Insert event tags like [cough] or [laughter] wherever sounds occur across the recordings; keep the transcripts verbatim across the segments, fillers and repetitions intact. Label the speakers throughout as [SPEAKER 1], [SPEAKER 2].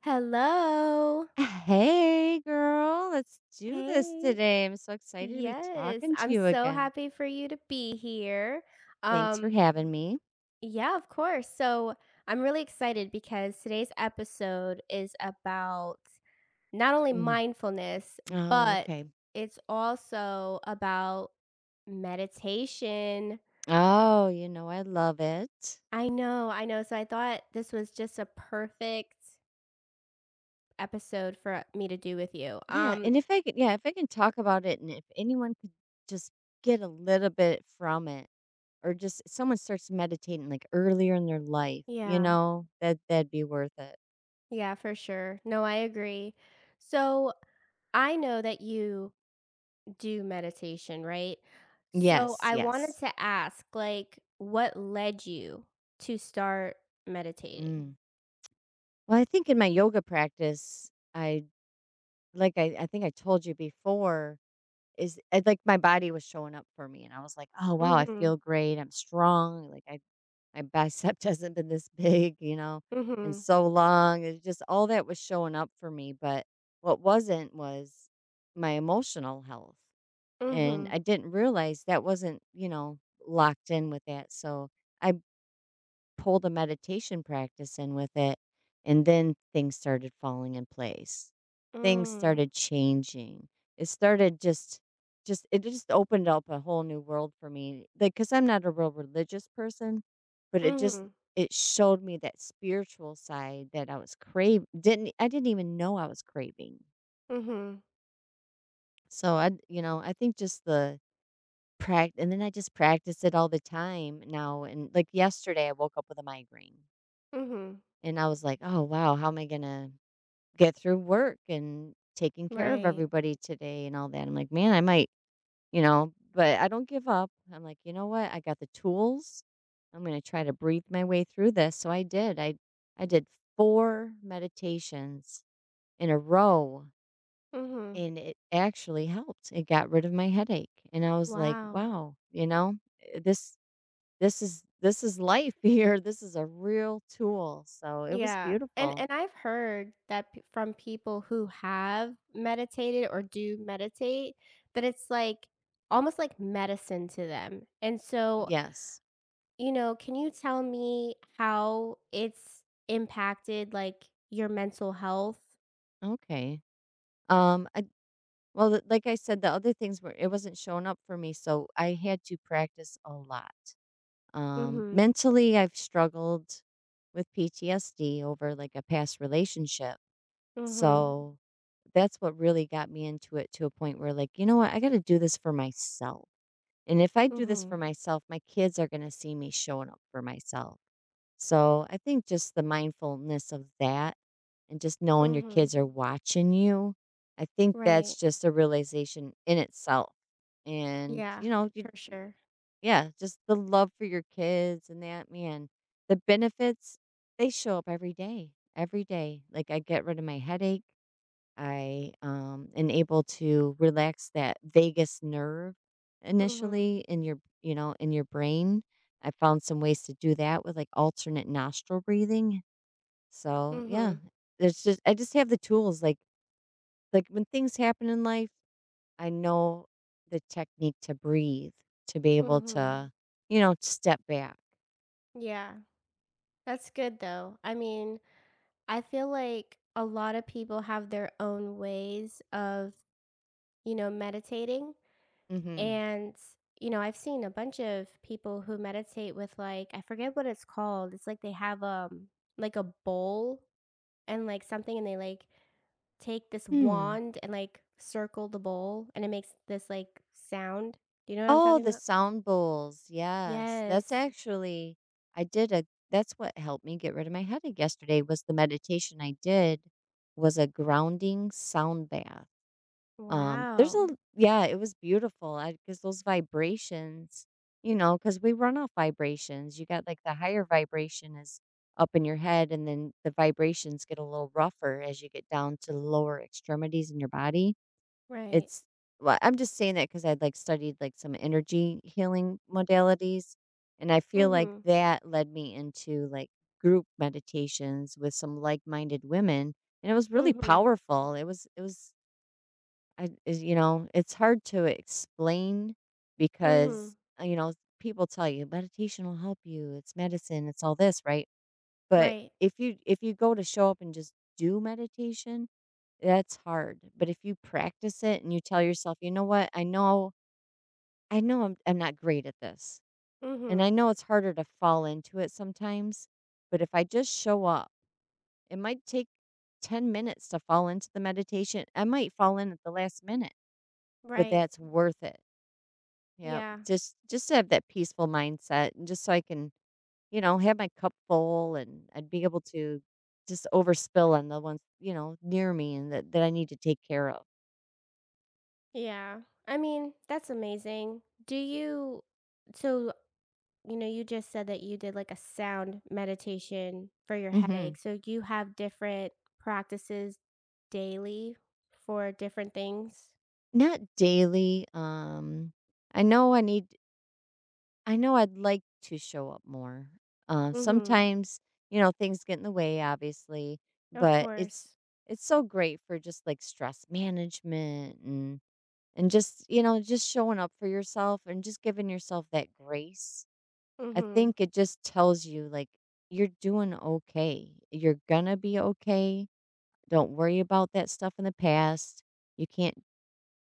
[SPEAKER 1] Hello.
[SPEAKER 2] Hey, girl, let's do this
[SPEAKER 1] Hey.
[SPEAKER 2] today. I'm so excited to be
[SPEAKER 1] Yes,
[SPEAKER 2] talking to
[SPEAKER 1] I'm
[SPEAKER 2] you
[SPEAKER 1] so
[SPEAKER 2] again.
[SPEAKER 1] happy for you to be here.
[SPEAKER 2] Thanks for
[SPEAKER 1] Um,
[SPEAKER 2] having me.
[SPEAKER 1] yeah, of course. So I'm really excited because today's episode is about not only
[SPEAKER 2] Mm.
[SPEAKER 1] mindfulness,
[SPEAKER 2] Oh,
[SPEAKER 1] but
[SPEAKER 2] okay.
[SPEAKER 1] it's also about meditation.
[SPEAKER 2] Oh, you know, I love it.
[SPEAKER 1] I know, I know. So I thought this was just a perfect episode for me to do with you.
[SPEAKER 2] Yeah.
[SPEAKER 1] Um,
[SPEAKER 2] And if I could, yeah, if I can talk about it, and if anyone could just get a little bit from it, or just someone starts meditating like earlier in their life, you
[SPEAKER 1] yeah.
[SPEAKER 2] know, that that'd be worth it.
[SPEAKER 1] Yeah, for sure. No, I agree. So I know that you do meditation, right? So
[SPEAKER 2] Yes,
[SPEAKER 1] I wanted
[SPEAKER 2] yes.
[SPEAKER 1] to ask, like, what led you to start meditating?
[SPEAKER 2] Mm. Well, I think in my yoga practice, I like I, I think I told you before. Is it like, my body was showing up for me, and I was like, "Oh, wow, I
[SPEAKER 1] Mm-hmm.
[SPEAKER 2] feel great, I'm strong, like, I my bicep [laughs] hasn't been this big, you know, in
[SPEAKER 1] Mm-hmm.
[SPEAKER 2] so long." It's just all that was showing up for me, but what wasn't was my emotional health, and
[SPEAKER 1] Mm-hmm.
[SPEAKER 2] I didn't realize that wasn't, you know, locked in with that, so I pulled a meditation practice in with it, and then things started falling in place. Things
[SPEAKER 1] Mm.
[SPEAKER 2] started changing. It started just just it just opened up a whole new world for me. Like cuz I'm not a real religious person, but it just
[SPEAKER 1] Mm-hmm.
[SPEAKER 2] it showed me that spiritual side that I was crave didn't I didn't even know I was craving.
[SPEAKER 1] Mm-hmm.
[SPEAKER 2] So I you know, I think just the practice, and then I just practice it all the time now. And like yesterday I woke up with a migraine,
[SPEAKER 1] Mm-hmm.
[SPEAKER 2] and I was like, "Oh, wow, how am I gonna get through work and taking care of
[SPEAKER 1] Right.
[SPEAKER 2] everybody today and all that?" I'm like, "Man, I might, you know, but I don't give up." I'm like, "You know what? I got the tools. I'm gonna try to breathe my way through this." So I did. I I did four meditations in a row,
[SPEAKER 1] Mm-hmm.
[SPEAKER 2] and it actually helped. It got rid of my headache. And I was like,
[SPEAKER 1] Wow.
[SPEAKER 2] "Wow, you know, eh, this this is this is life [laughs] here. This is a real tool." So it was
[SPEAKER 1] Yeah, and
[SPEAKER 2] beautiful.
[SPEAKER 1] and I've heard that p from people who have meditated or do meditate, that it's, like, almost like medicine to them, and so,
[SPEAKER 2] Yes.
[SPEAKER 1] you know, can you tell me how it's impacted, like, your mental health?
[SPEAKER 2] Okay. Um, I well, th- like I said, the other things were, it wasn't showing up for me, so I had to practice a lot. Um,
[SPEAKER 1] Mhm,
[SPEAKER 2] mentally, I've struggled with P T S D over like a past relationship, Mm.
[SPEAKER 1] mhm,
[SPEAKER 2] so that's what really got me into it to a point where, like, you know what, I got to do this for myself. And if I do this for
[SPEAKER 1] mhm,
[SPEAKER 2] myself, my kids are going to see me showing up for myself. So I think just the mindfulness of that and just knowing your
[SPEAKER 1] mhm,
[SPEAKER 2] kids are watching you, I think
[SPEAKER 1] right,
[SPEAKER 2] that's just a realization in itself. And,
[SPEAKER 1] yeah,
[SPEAKER 2] you know,
[SPEAKER 1] for
[SPEAKER 2] you, you-
[SPEAKER 1] sure.
[SPEAKER 2] yeah, just the love for your kids and that, man, the benefits, they show up every day, every day. Like I get rid of my headache. I, um, am able to relax that vagus nerve
[SPEAKER 1] Mhm,
[SPEAKER 2] initially in your you know, in your brain. I found some ways to do that with, like, alternate nostril breathing. So, yeah,
[SPEAKER 1] mhm,
[SPEAKER 2] there's just I just have the tools, like like, when things happen in life, I know the technique to breathe, to be able
[SPEAKER 1] mhm,
[SPEAKER 2] to, you know, step back.
[SPEAKER 1] yeah, that's good, though. I mean, I feel like a lot of people have their own ways of, you know, meditating.
[SPEAKER 2] Mhm.
[SPEAKER 1] And, you know, I've seen a bunch of people who meditate with like, I forget what it's called. It's like they have um like a bowl and like something, and they like take this
[SPEAKER 2] Hmm.
[SPEAKER 1] wand and like circle the bowl, and it makes this like sound. Do you know what I'm
[SPEAKER 2] Oh,
[SPEAKER 1] talking
[SPEAKER 2] the
[SPEAKER 1] about?
[SPEAKER 2] sound bowls. Yes. That's
[SPEAKER 1] Yes.
[SPEAKER 2] actually I did a that's what helped me get rid of my headache yesterday was the meditation I did was a grounding sound bath. Um there's a
[SPEAKER 1] Wow.
[SPEAKER 2] Yeah, it was beautiful. I cuz those vibrations, you know, cuz we run off vibrations. You got like the higher vibration is up in your head, and then the vibrations get a little rougher as you get down to the lower extremities in your body.
[SPEAKER 1] Right.
[SPEAKER 2] It's Well, I'm just saying that because 'cause I'd, like, studied, like, some energy healing modalities, and I feel like
[SPEAKER 1] Mhm.
[SPEAKER 2] that led me into, like, group meditations with some like-minded women, and it was really
[SPEAKER 1] Mhm.
[SPEAKER 2] powerful. It was it was I is you know, it's hard to explain because,
[SPEAKER 1] Mhm.
[SPEAKER 2] uh, you know, people tell you, "Meditation will help you. It's medicine. It's all this," right? But
[SPEAKER 1] Right.
[SPEAKER 2] if you if you go to show up and just do meditation, that's hard. But if you practice it and you tell yourself, "You know what? I know I know I'm I'm not great at this." And I
[SPEAKER 1] Mhm.
[SPEAKER 2] know it's harder to fall into it sometimes, but if I just show up, it might take ten minutes to fall into the meditation. I might fall in at the last minute, but
[SPEAKER 1] Right.
[SPEAKER 2] that's worth it. Yeah.
[SPEAKER 1] Yeah.
[SPEAKER 2] Just just to have that peaceful mindset, and just so I can, You know, have my cup full, and I'd be able to just overspill on the ones, you know, near me, and that, that I need to take care of.
[SPEAKER 1] Yeah. I mean, that's amazing. Do you so you know, you just said that you did like a sound meditation for your headache.
[SPEAKER 2] Mhm.
[SPEAKER 1] So you have different practices daily for different things?
[SPEAKER 2] Not daily. Um I know I need I know I'd like to show up more. Uh,
[SPEAKER 1] Mhm.
[SPEAKER 2] sometimes, you know, things get in the way, obviously,
[SPEAKER 1] Of
[SPEAKER 2] but it's
[SPEAKER 1] course.
[SPEAKER 2] it's so great for just like stress management, and and just, you know, just showing up for yourself, and just giving yourself that grace. I
[SPEAKER 1] Mhm.
[SPEAKER 2] think it just tells you, like, you're doing okay. You're gonna be okay. Don't worry about that stuff in the past. You can't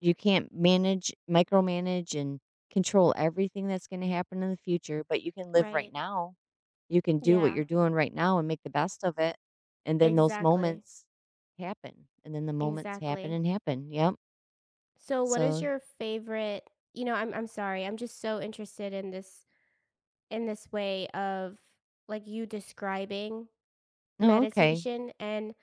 [SPEAKER 2] you can't manage micromanage and control everything that's gonna happen in the future, but you can live right
[SPEAKER 1] Right.
[SPEAKER 2] now. You can do what
[SPEAKER 1] Yeah.
[SPEAKER 2] you're doing right now and make the best of it. And then those
[SPEAKER 1] Exactly.
[SPEAKER 2] moments happen. And then the moments happen
[SPEAKER 1] Exactly.
[SPEAKER 2] and happen. Yep.
[SPEAKER 1] So what is
[SPEAKER 2] So,
[SPEAKER 1] your favorite, you know, I'm I'm sorry. I'm just so interested in this in this way of like you describing
[SPEAKER 2] no, okay.
[SPEAKER 1] meditation, and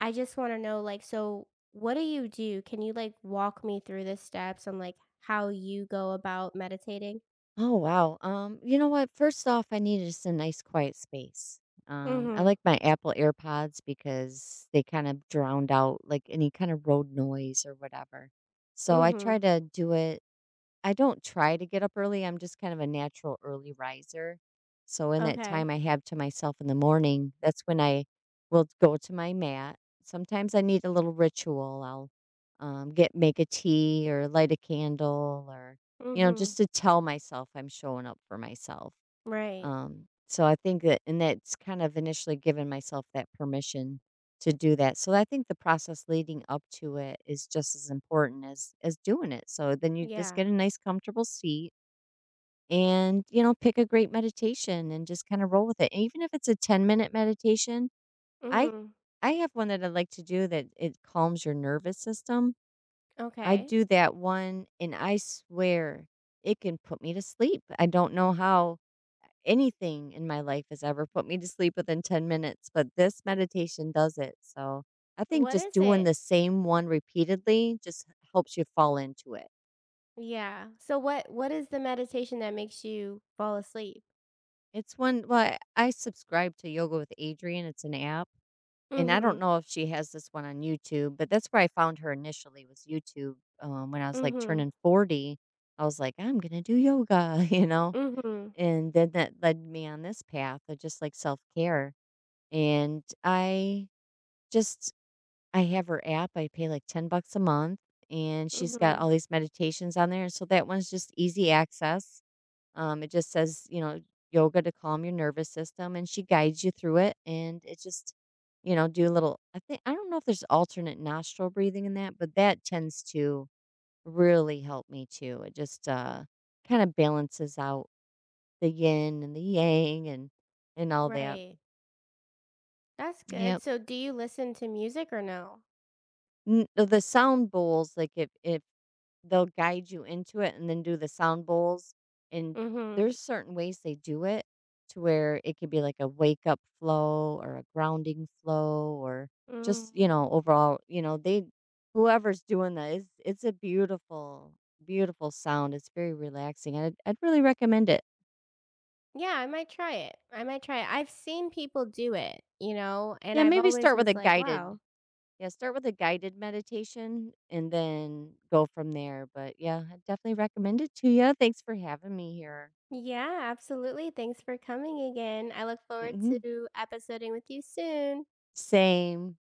[SPEAKER 1] I just want to know like so what do you do? Can you like walk me through the steps on like how you go about meditating?
[SPEAKER 2] Oh, wow. Um, you know what? First off, I need just a nice quiet space. Um, I
[SPEAKER 1] Mhm.
[SPEAKER 2] like my Apple AirPods because they kind of drowned out like any kind of road noise or whatever. So I try
[SPEAKER 1] Mhm.
[SPEAKER 2] to do it. I don't try to get up early, I'm just kind of a natural early riser. So in that
[SPEAKER 1] Okay.
[SPEAKER 2] time I have to myself in the morning, that's when I will go to my mat. Sometimes I need a little ritual. I'll um, get make a tea, or light a candle, or you know
[SPEAKER 1] Mhm.
[SPEAKER 2] just to tell myself I'm showing up for myself.
[SPEAKER 1] Right.
[SPEAKER 2] Um, so I think that, and that's kind of initially given myself that permission to do that. So I think the process leading up to it is just as important as as doing it. So then you just
[SPEAKER 1] Yeah.
[SPEAKER 2] get a nice comfortable seat, and you know pick a great meditation, and just kind of roll with it. And even if it's a ten minute meditation, I
[SPEAKER 1] Mhm.
[SPEAKER 2] I have one that I like to do that it calms your nervous system. I
[SPEAKER 1] Okay.
[SPEAKER 2] do that one, and I swear it can put me to sleep. I don't know how anything in my life has ever put me to sleep within ten minutes, but this meditation does it. So I think
[SPEAKER 1] What
[SPEAKER 2] just
[SPEAKER 1] is
[SPEAKER 2] doing
[SPEAKER 1] it?
[SPEAKER 2] the same one repeatedly just helps you fall into it.
[SPEAKER 1] Yeah. So what what is the meditation that makes you fall asleep?
[SPEAKER 2] It's one, well, I I subscribe to Yoga with Adrian. It's an app. And I don't
[SPEAKER 1] Mhm.
[SPEAKER 2] know if she has this one on YouTube, but that's where I found her initially was YouTube. Um, when I was like
[SPEAKER 1] Mhm.
[SPEAKER 2] turning forty, I was like, I'm going to do yoga, [laughs] you know?
[SPEAKER 1] Mhm.
[SPEAKER 2] And then that led me on this path of just like self care. And I just I have her app, I pay, like, ten bucks a month, and she's got
[SPEAKER 1] Mhm.
[SPEAKER 2] all these meditations on there, and so that one's just easy access. Um, it just says, you know, yoga to calm your nervous system, and she guides you through it, and it just you know, do a little I think I don't know if there's alternate nostril breathing in that, but that tends to really help me too. It just,
[SPEAKER 1] Mm.
[SPEAKER 2] uh, kinda balances out the yin and the yang, and and all that.
[SPEAKER 1] Right. That's good.
[SPEAKER 2] Yep.
[SPEAKER 1] So do you listen to music or no?
[SPEAKER 2] N The sound bowls, like, if if they'll guide you into it, and then do the sound bowls, and
[SPEAKER 1] Mhm.
[SPEAKER 2] there's certain ways they do it to where it could be like a wake up flow or a grounding flow, or
[SPEAKER 1] Mm.
[SPEAKER 2] just, you know, overall, you know, they whoever's doing that is it's a beautiful beautiful sound. It's very relaxing. And I'd, I'd really recommend it.
[SPEAKER 1] Yeah, I might try it. I might try it. I've seen people do it, you know, and
[SPEAKER 2] Yeah,
[SPEAKER 1] I've
[SPEAKER 2] maybe
[SPEAKER 1] always
[SPEAKER 2] start with a
[SPEAKER 1] was like,
[SPEAKER 2] guided
[SPEAKER 1] wow.
[SPEAKER 2] yeah, start with a guided meditation, and then go from there. But yeah, I definitely recommend it to you. Thanks for having me here.
[SPEAKER 1] Yeah, absolutely. Thanks for coming again. I look forward
[SPEAKER 2] Hmm.
[SPEAKER 1] to episoding with you soon.
[SPEAKER 2] Same.